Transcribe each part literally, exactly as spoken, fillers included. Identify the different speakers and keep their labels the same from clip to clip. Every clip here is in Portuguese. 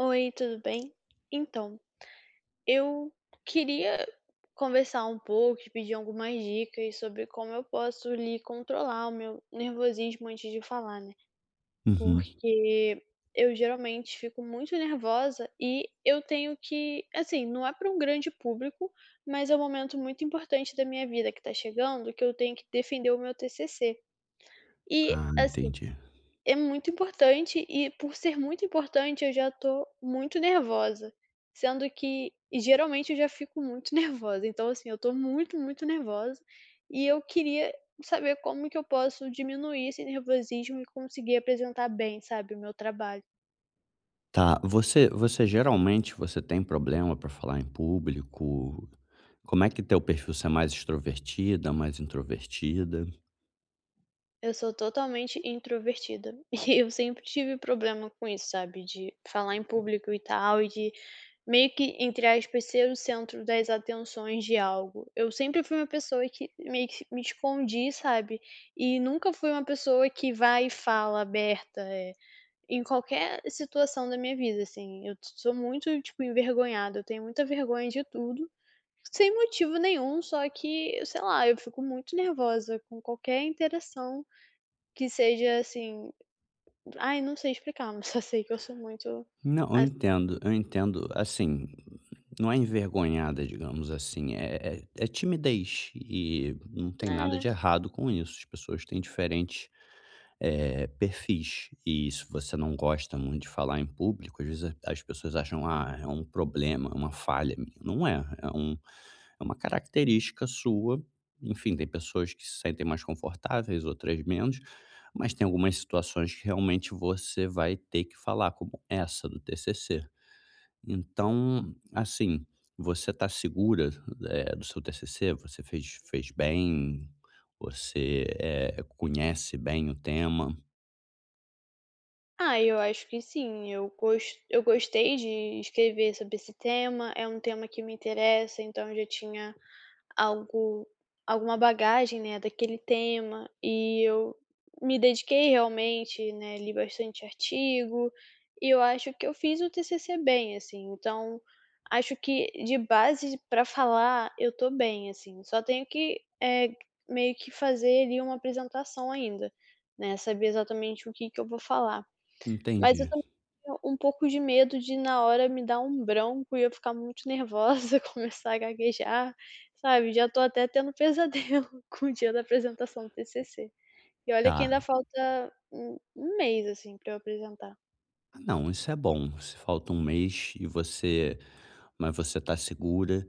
Speaker 1: Oi, tudo bem? Então, eu queria conversar um pouco, te pedir algumas dicas sobre como eu posso lhe controlar o meu nervosismo antes de falar, né?
Speaker 2: Uhum.
Speaker 1: Porque eu geralmente fico muito nervosa e eu tenho que, assim, não é para um grande público, mas é um momento muito importante da minha vida que tá chegando, que eu tenho que defender o meu T C C. E
Speaker 2: Ah,
Speaker 1: assim,
Speaker 2: entendi.
Speaker 1: é muito importante e por ser muito importante eu já tô muito nervosa, sendo que e geralmente eu já fico muito nervosa, então assim, eu tô muito, muito nervosa, e eu queria saber como que eu posso diminuir esse nervosismo e conseguir apresentar bem, sabe, o meu trabalho.
Speaker 2: Tá, você você geralmente você tem problema para falar em público? Como é que teu perfil, você é mais extrovertida, mais introvertida?
Speaker 1: Eu sou totalmente introvertida e eu sempre tive problema com isso, sabe, de falar em público e tal, e de meio que, entre aspas, ser o centro das atenções de algo. Eu sempre fui uma pessoa que meio que me escondi, sabe, e nunca fui uma pessoa que vai e fala aberta, eh, em qualquer situação da minha vida, assim. Eu sou muito, tipo, envergonhada, eu tenho muita vergonha de tudo, sem motivo nenhum, só que, sei lá, eu fico muito nervosa com qualquer interação que seja assim, ai não sei explicar, mas só sei que eu sou muito
Speaker 2: Não, eu
Speaker 1: assim
Speaker 2: entendo, eu entendo. Assim, não é envergonhada, digamos assim, é é é timidez e não tem nada
Speaker 1: é.
Speaker 2: de errado com isso. As pessoas têm diferentes, eh, perfis e se você não gosta muito de falar em público, às vezes a- as pessoas acham: "Ah, é um problema, é uma falha minha". Não é, é um, é uma característica sua, enfim, tem pessoas que se sentem mais confortáveis, outras menos, mas tem algumas situações que realmente você vai ter que falar, como essa do T C C. Então, assim, você está segura, eh, do seu T C C? Você fez fez bem? Você, eh, conhece bem o tema?
Speaker 1: Ah, eu acho que sim, eu gos eu gostei de escrever sobre esse tema, é um tema que me interessa, então eu já tinha algo alguma bagagem, né, daquele tema e eu me dediquei realmente, né, li bastante artigo, e eu acho que eu fiz o T C C bem, assim, então acho que de base para falar eu tô bem, assim, só tenho que, é meio que fazer ali uma apresentação ainda, né, saber exatamente o que que eu vou falar. Mas eu
Speaker 2: Entendi.
Speaker 1: também tenho um pouco de medo de na hora me dar um branco e eu ficar muito nervosa, começar a gaguejar, sabe. Já tô até tendo pesadelo com o dia da apresentação do T C C. E olha que ainda
Speaker 2: Tá.
Speaker 1: falta um um mês, assim, pra eu apresentar.
Speaker 2: Ah, não, isso é bom. Se falta um mês e você, mas você tá segura,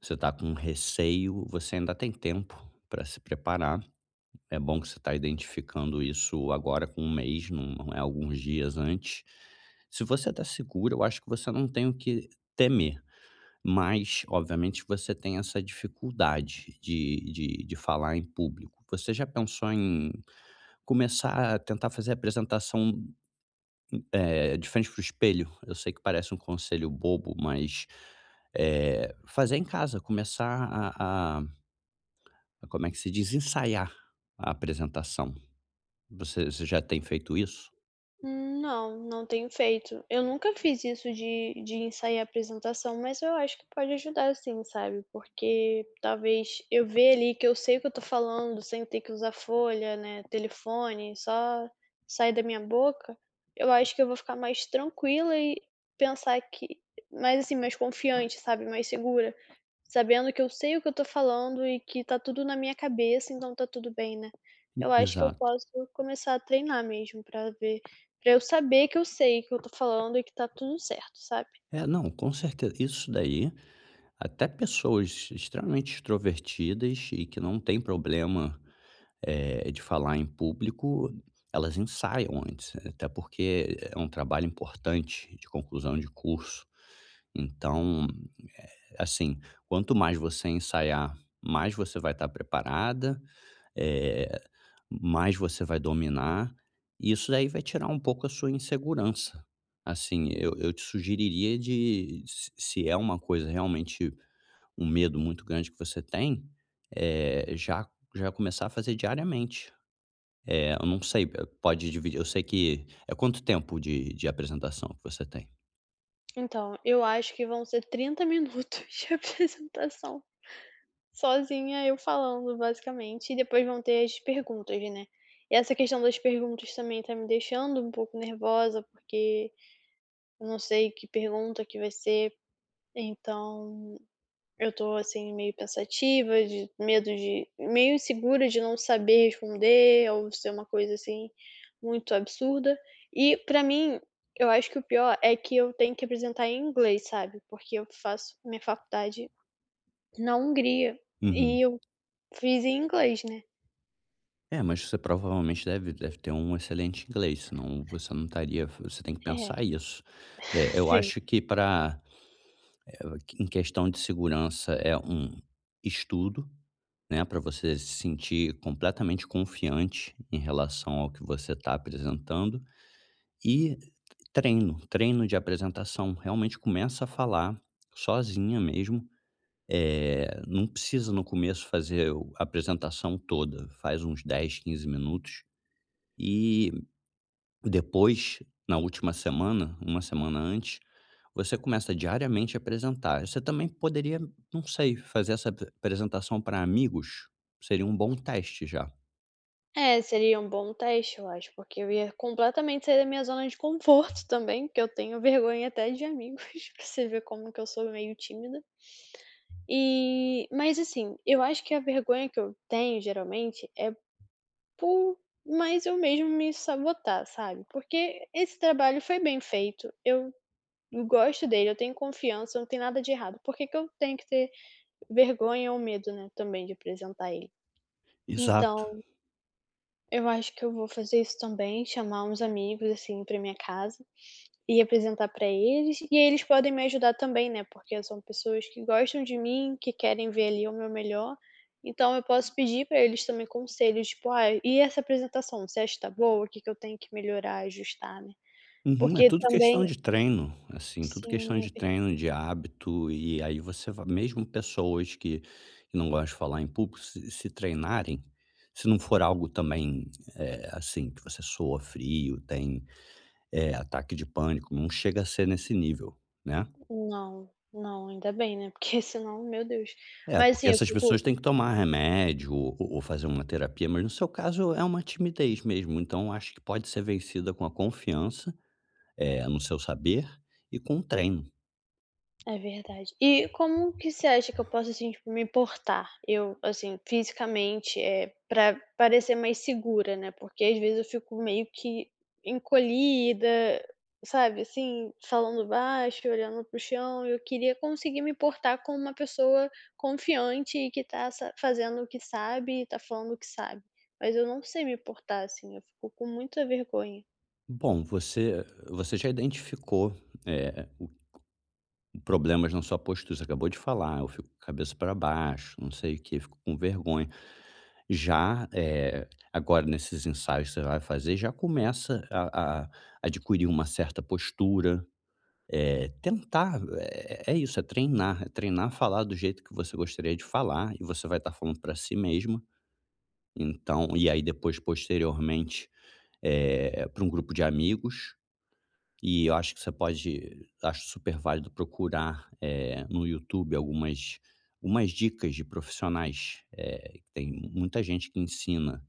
Speaker 2: você tá com receio, você ainda tem tempo para se preparar. É bom que você tá identificando isso agora com um mês, não não é alguns dias antes. Se você tá segura, eu acho que você não tem o que temer, mas obviamente você tem essa dificuldade de de de falar em público. Você já pensou em começar a tentar fazer apresentação é, de frente para espelho, eu sei que parece um conselho bobo, mas, eh, fazer em casa, começar a a a- como é que se diz? Ensaiar a apresentação. Você você já tem feito isso?
Speaker 1: Hum, não, não tenho feito. Eu nunca fiz isso de de ensaiar a apresentação, mas eu acho que pode ajudar sim, sabe, porque talvez eu ver ali que eu sei o que eu tô falando sem ter que usar folha, né, telefone, só sair da minha boca, eu acho que eu vou ficar mais tranquila e pensar que mais assim, mais confiante, sabe, mais segura. Sabendo que eu sei o que eu tô falando e que tá tudo na minha cabeça, então tá tudo bem, né.
Speaker 2: E
Speaker 1: Eu acho que eu
Speaker 2: exato.
Speaker 1: posso começar a treinar mesmo pra ver pra eu saber que eu sei o que eu tô falando e que tá tudo certo, sabe.
Speaker 2: É, não, com certeza. Isso daí, até pessoas extremamente extrovertidas e que não têm problema, eh, de falar em público, elas ensaiam antes, até porque é um trabalho importante de conclusão de curso. Então, assim, quanto mais você ensaiar, mais você vai estar preparada, eh, mais você vai dominar, e isso daí vai tirar um pouco a sua insegurança. Assim, eu
Speaker 1: Hum.
Speaker 2: eu te sugeriria de se se é uma coisa realmente um medo muito grande que você tem, eh, já já começar a fazer diariamente. Eh, eu não sei, eh, pode dividir, eu sei que é quanto tempo de de apresentação que você tem?
Speaker 1: Então, eu acho que vão ser trinta minutos de apresentação, sozinha eu falando basicamente, e depois vão ter as perguntas, né. E essa questão das perguntas também tá me deixando um pouco nervosa, porque eu não sei que pergunta que vai ser, então eu tô, assim, meio pensativa, de medo de meio insegura de não saber responder ou ser uma coisa, assim, muito absurda. E pra mim, eu acho que o pior é que eu tenho que apresentar em inglês, sabe, porque eu faço minha faculdade na Hungria e
Speaker 2: Uhum.
Speaker 1: eu fiz em inglês, né.
Speaker 2: É, mas você provavelmente deve deve ter um excelente inglês, senão você não estaria, você tem que
Speaker 1: É,
Speaker 2: pensar isso. Eh, eu
Speaker 1: sim.
Speaker 2: acho que para, em questão de segurança é um estudo, né, para você se sentir completamente confiante em relação ao que você está apresentando e treino, treino de apresentação. Realmente começa a falar sozinha mesmo. É, não precisa no começo fazer o a apresentação toda, faz uns dez, quinze minutos e depois, na última semana, uma semana antes, você começa diariamente a apresentar. Você também poderia, não sei, fazer essa apre- apresentação para amigos. Seria um bom teste já.
Speaker 1: É, seria um bom teste, eu acho, porque eu ia completamente sair da minha zona de conforto também, porque eu tenho vergonha até de amigos, pra você ver como que eu sou meio tímida. E mas assim, eu acho que a vergonha que eu tenho geralmente é por mais eu mesmo me sabotar, sabe. Porque esse trabalho foi bem feito, eu gosto dele, eu tenho confiança, não tem nada de errado. Por que que eu tenho que ter vergonha ou medo, né, também de apresentar ele?
Speaker 2: Exato.
Speaker 1: Então eu acho que eu vou fazer isso também, chamar uns amigos, assim, para minha casa e apresentar para eles, e aí eles podem me ajudar também, né, porque são pessoas que gostam de mim, que querem ver ali o meu melhor, então eu posso pedir para eles também conselhos, tipo: "Ah, e essa apresentação, você acha que tá boa? O que que eu tenho que melhorar, ajustar, né?".
Speaker 2: Uhum, é
Speaker 1: Porque
Speaker 2: tudo
Speaker 1: também
Speaker 2: questão de treino, assim, tudo questão
Speaker 1: sim, é
Speaker 2: de
Speaker 1: ver
Speaker 2: treino, de hábito, e aí você vai, mesmo pessoas que, que não gostam de falar em público, se, se treinarem, se não for algo também, é, assim, que você soa frio, tem, é, ataque de pânico, não chega a ser nesse nível, né?
Speaker 1: não, não, ainda bem, né, porque senão, meu Deus.
Speaker 2: É,
Speaker 1: Mas
Speaker 2: porque
Speaker 1: assim, eu
Speaker 2: essas
Speaker 1: fico
Speaker 2: pessoas têm que tomar remédio ou ou fazer uma terapia, mas no seu caso é uma timidez mesmo, então acho que pode ser vencida com a confiança, eh, no seu saber e com o treino.
Speaker 1: é verdade. E como que você acha que eu posso, assim, tipo, me portar? Eu, assim, fisicamente, é pra parecer mais segura, né, porque às vezes eu fico meio que encolhida, sabe, assim, falando baixo, olhando para o chão, eu queria conseguir me portar como uma pessoa confiante e que tá sa fazendo o que sabe e tá falando o que sabe, mas eu não sei me portar assim, eu fico com muita vergonha.
Speaker 2: Bom, você você já identificou, eh, problemas na sua postura, você acabou de falar: "Eu fico com a cabeça para baixo, não sei o que, fico com vergonha". Já, eh, agora nesses ensaios que você vai fazer, já começa a a adquirir uma certa postura. É tentar, é é isso, é treinar, é treinar a falar do jeito que você gostaria de falar e você vai estar falando para si mesma, então e aí depois posteriormente, eh, para um grupo de amigos, e eu acho que você pode, acho super válido procurar, eh, no YouTube algumas algumas dicas de profissionais, eh, tem muita gente que ensina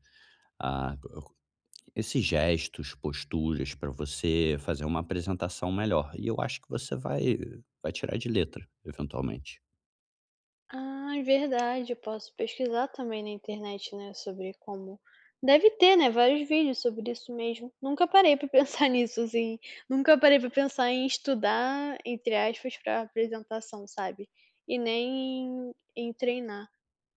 Speaker 2: esses gestos, posturas para você fazer uma apresentação melhor. E eu acho que você vai vai tirar de letra, eventualmente.
Speaker 1: Ah, é verdade, eu posso pesquisar também na internet, né, sobre como deve ter, né, vários vídeos sobre isso mesmo. Nunca parei pra pensar nisso, assim, nunca parei pra pensar em estudar, entre aspas, pra apresentação, sabe, e nem em em treinar.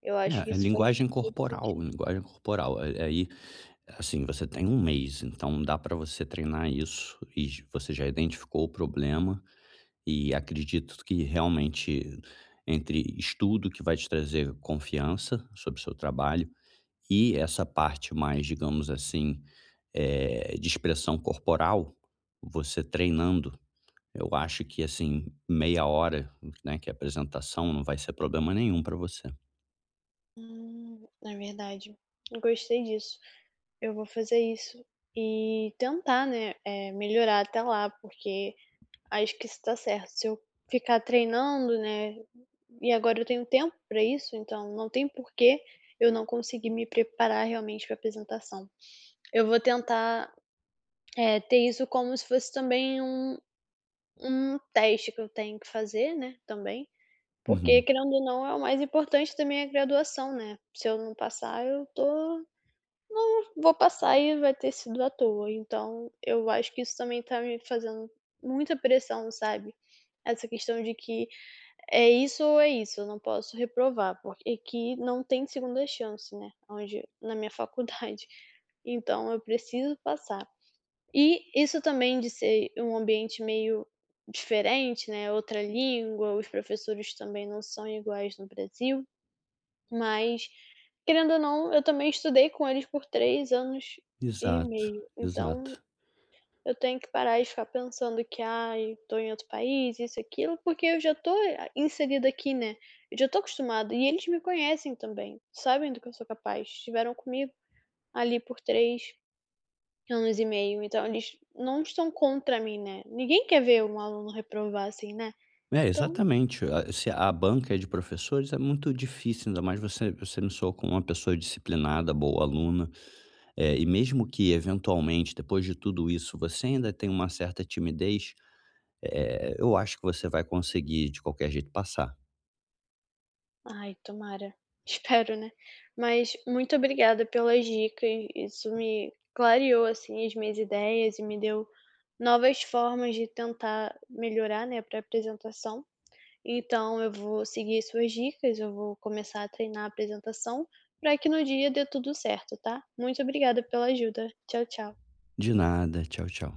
Speaker 1: Eu acho que
Speaker 2: É, é
Speaker 1: isso faz
Speaker 2: linguagem
Speaker 1: todo
Speaker 2: corporal,
Speaker 1: sentido.
Speaker 2: linguagem corporal. A- Aí, assim, você tem um mês, então dá para você treinar isso e j- você já identificou o problema e acredito que realmente entre estudo que vai te trazer confiança sobre o seu trabalho. E essa parte mais, digamos assim, eh, de expressão corporal, você treinando, eu acho que, assim, meia hora, né, que é a apresentação, não vai ser problema nenhum para você.
Speaker 1: Hum, é verdade. Eu gostei disso. Eu vou fazer isso e tentar, né, eh, melhorar até lá, porque acho que isso tá certo. Se eu ficar treinando, né, e agora eu tenho tempo pra isso, então não tem porquê eu não conseguir me preparar realmente pra apresentação. Eu vou tentar, eh, ter isso como se fosse também um um teste que eu tenho que fazer, né, também, porque
Speaker 2: Uhum.
Speaker 1: querendo ou não é o mais importante também é a graduação, né. Se eu não passar eu tô vou passar e vai ter sido à toa, então eu acho que isso também tá me fazendo muita pressão, sabe. Essa questão de que é isso ou é isso, eu não posso reprovar, porque que não tem segunda chance, né, onde na minha faculdade. Então eu preciso passar. E isso também de ser um ambiente meio diferente, né, outra língua, os professores também não são iguais no Brasil, mas querendo ou não, eu também estudei com eles por três anos e
Speaker 2: Exato,
Speaker 1: meio, então
Speaker 2: exato.
Speaker 1: eu tenho que parar de ficar pensando que: "Ai, tô em outro país, isso aquilo", porque eu já tô a- inserida aqui, né, eu já tô acostumada e eles me conhecem também, sabem do que eu sou capaz, estiveram comigo ali por três anos e meio, então eles não estão contra mim, né. Ninguém quer ver um aluno reprovar assim, né.
Speaker 2: É,
Speaker 1: Então
Speaker 2: exatamente. A se a banca é de professores, é muito difícil, ainda mais você você me soa como uma pessoa disciplinada, boa aluna, eh, e mesmo que eventualmente, depois de tudo isso, você ainda tem uma certa timidez, eh, eu acho que você vai conseguir de qualquer jeito passar.
Speaker 1: ai, tomara. Espero, né. Mas muito obrigada pelas dicas, isso me clareou, assim, as minhas ideias e me deu novas formas de tentar melhorar, né, pra apresentação. Então eu vou seguir suas dicas, eu vou começar a treinar a apresentação para que no dia dê tudo certo, tá. Muito obrigada pela ajuda. Tchau, tchau.
Speaker 2: De nada, tchau, tchau.